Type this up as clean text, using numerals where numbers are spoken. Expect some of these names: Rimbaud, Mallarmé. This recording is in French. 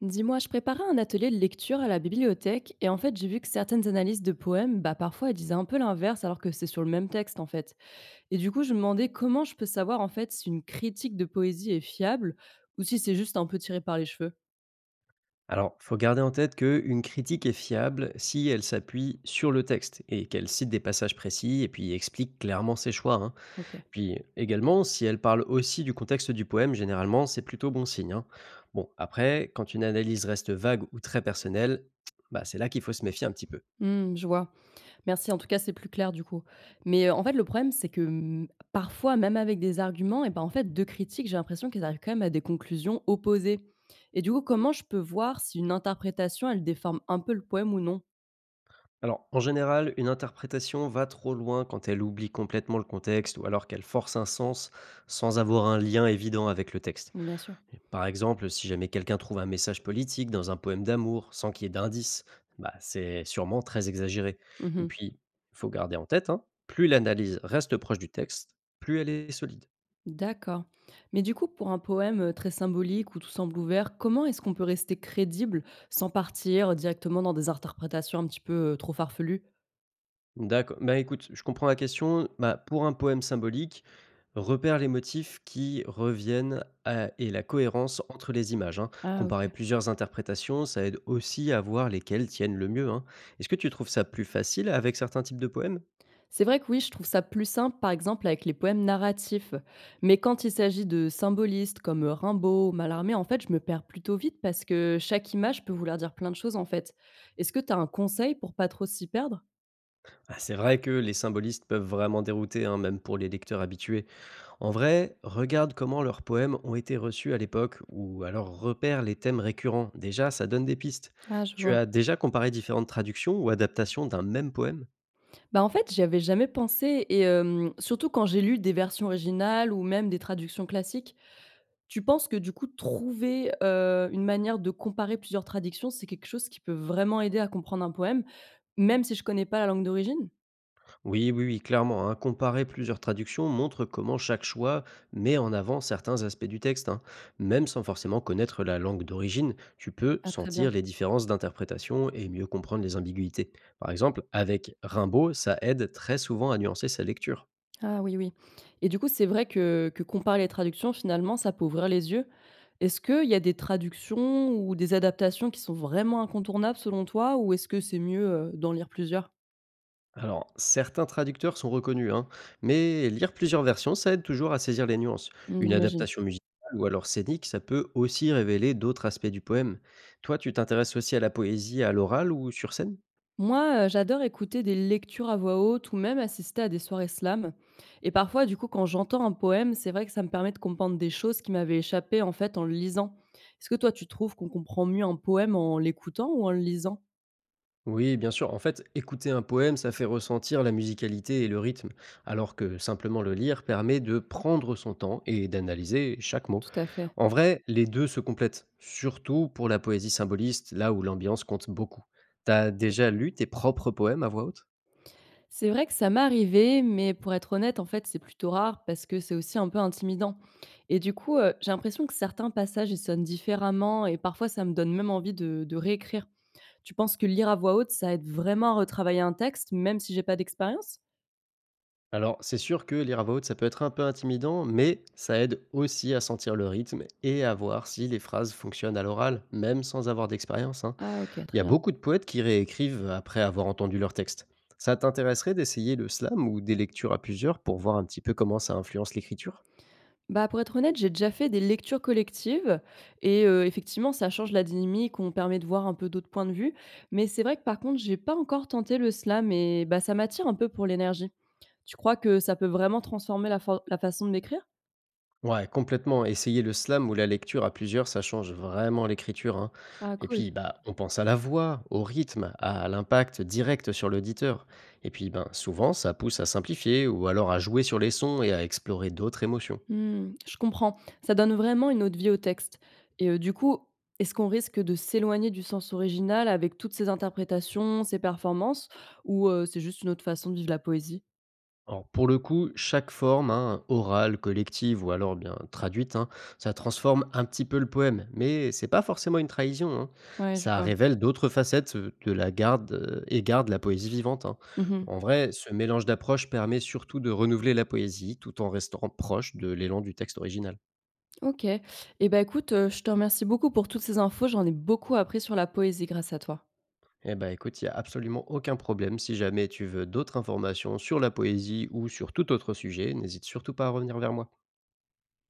Dis-moi, je préparais un atelier de lecture à la bibliothèque et en fait j'ai vu que certaines analyses de poèmes, bah parfois elles disaient un peu l'inverse alors que c'est sur le même texte en fait. Et du coup je me demandais comment je peux savoir en fait si une critique de poésie est fiable ou si c'est juste un peu tiré par les cheveux. Alors, faut garder en tête qu'une critique est fiable si elle s'appuie sur le texte et qu'elle cite des passages précis et puis explique clairement ses choix, hein. Ok. Puis également, si elle parle aussi du contexte du poème, généralement, c'est plutôt bon signe, hein. Bon, après, quand une analyse reste vague ou très personnelle, bah, c'est là qu'il faut se méfier un petit peu. Hmm, je vois. Merci, en tout cas c'est plus clair du coup. Mais en fait le problème c'est que parfois même avec des arguments, et ben en fait deux critiques j'ai l'impression qu'elles arrivent quand même à des conclusions opposées. Et du coup comment je peux voir si une interprétation elle déforme un peu le poème ou non. Alors, en général, une interprétation va trop loin quand elle oublie complètement le contexte ou alors qu'elle force un sens sans avoir un lien évident avec le texte. Bien sûr. Par exemple, si jamais quelqu'un trouve un message politique dans un poème d'amour sans qu'il y ait d'indice, bah, c'est sûrement très exagéré. Et Mmh. puis, il faut garder en tête, hein, plus l'analyse reste proche du texte, plus elle est solide. D'accord. Mais du coup, pour un poème, très symbolique où tout semble ouvert, comment est-ce qu'on peut rester crédible sans partir directement dans des interprétations un petit peu, trop farfelues? D'accord. Bah écoute, je comprends la question. Bah, pour un poème symbolique, repère les motifs qui reviennent et la cohérence entre les images, hein. Ah Comparer OK. plusieurs interprétations, ça aide aussi à voir lesquelles tiennent le mieux, hein. Est-ce que tu trouves ça plus facile avec certains types de poèmes? C'est vrai que oui, je trouve ça plus simple, par exemple, avec les poèmes narratifs. Mais quand il s'agit de symbolistes comme, Rimbaud Mallarmé, en fait, je me perds plutôt vite parce que chaque image peut vouloir dire plein de choses, en fait. Est-ce que tu as un conseil pour pas trop s'y perdre? Ah, c'est vrai que les symbolistes peuvent vraiment dérouter, hein, même pour les lecteurs habitués. En vrai, regarde comment leurs poèmes ont été reçus à l'époque, ou alors repère les thèmes récurrents. Déjà, ça donne des pistes. Ah, je Tu vois. as déjà comparé différentes traductions ou adaptations d'un même poème? Bah, en fait, j'y avais jamais pensé et surtout quand j'ai lu des versions originales ou même des traductions classiques. Tu penses que du coup trouver, une manière de comparer plusieurs traductions, c'est quelque chose qui peut vraiment aider à comprendre un poème, même si je connais pas la langue d'origine? Oui, oui, oui, clairement, hein. Comparer plusieurs traductions montre comment chaque choix met en avant certains aspects du texte, hein. Même sans forcément connaître la langue d'origine, tu peux Ah très sentir bien. les différences d'interprétation et mieux comprendre les ambiguïtés. Par exemple, avec Rimbaud, ça aide très souvent à nuancer sa lecture. Ah oui, oui, et du coup, c'est vrai que comparer les traductions finalement, ça peut ouvrir les yeux. Est-ce qu'il y a des traductions ou des adaptations qui sont vraiment incontournables selon toi? Ou est-ce que c'est mieux, d'en lire plusieurs? Alors, certains traducteurs sont reconnus, hein, mais lire plusieurs versions, ça aide toujours à saisir les nuances. Mmh, Une j'imagine. adaptation musicale ou alors scénique, ça peut aussi révéler d'autres aspects du poème. Toi, tu t'intéresses aussi à la poésie à l'oral ou sur scène? Moi, j'adore écouter des lectures à voix haute ou même assister à des soirées slam et parfois, du coup, quand j'entends un poème, c'est vrai que ça me permet de comprendre des choses qui m'avaient échappé, en fait, en le lisant. Est-ce que toi, tu trouves qu'on comprend mieux un poème en l'écoutant ou en le lisant? Oui, bien sûr. En fait, écouter un poème, ça fait ressentir la musicalité et le rythme, alors que simplement le lire permet de prendre son temps et d'analyser chaque mot. Tout à fait. En vrai, les deux se complètent, surtout pour la poésie symboliste, là où l'ambiance compte beaucoup. T'as déjà lu tes propres poèmes à voix haute? C'est vrai que ça m'est arrivé, mais pour être honnête, en fait, c'est plutôt rare parce que c'est aussi un peu intimidant et du coup, j'ai l'impression que certains passages, ils sonnent différemment et parfois ça me donne même envie de réécrire. Tu penses que lire à voix haute, ça aide vraiment à retravailler un texte, même si j'ai pas d'expérience? Alors, c'est sûr que lire à voix haute, ça peut être un peu intimidant, mais ça aide aussi à sentir le rythme et à voir si les phrases fonctionnent à l'oral, même sans avoir d'expérience, hein. Ah OK, Il très y a bien. beaucoup de poètes qui réécrivent après avoir entendu leur texte. Ça t'intéresserait d'essayer le slam ou des lectures à plusieurs pour voir un petit peu comment ça influence l'écriture? Bah, pour être honnête, j'ai déjà fait des lectures collectives et effectivement, ça change la dynamique, on permet de voir un peu d'autres points de vue. Mais c'est vrai que par contre, j'ai pas encore tenté le slam et bah, ça m'attire un peu pour l'énergie. Tu crois que ça peut vraiment transformer la façon de m'écrire? Ouais, complètement. Essayer le slam ou la lecture à plusieurs, ça change vraiment l'écriture, hein. Ah Et cool. puis, bah, on pense à la voix, au rythme, à l'impact direct sur l'auditeur. Et puis, ben, souvent, ça pousse à simplifier ou alors à jouer sur les sons et à explorer d'autres émotions. Mmh, je comprends. Ça donne vraiment une autre vie au texte et du coup, est-ce qu'on risque de s'éloigner du sens original avec toutes ces interprétations, ces performances ou c'est juste une autre façon de vivre la poésie? Alors pour le coup, chaque forme, hein, orale, collective ou alors bien traduite, hein, ça transforme un petit peu le poème, mais c'est pas forcément une trahison, hein. Ouais, je Ça vois. révèle d'autres facettes de la garde et garde la poésie vivante, hein. Mmh. En vrai, ce mélange d'approches permet surtout de renouveler la poésie tout en restant proche de l'élan du texte original. OK, et ben écoute, je te remercie beaucoup pour toutes ces infos. J'en ai beaucoup appris sur la poésie grâce à toi. Eh ben écoute, il n'y a absolument aucun problème. Si jamais tu veux d'autres informations sur la poésie ou sur tout autre sujet, n'hésite surtout pas à revenir vers moi.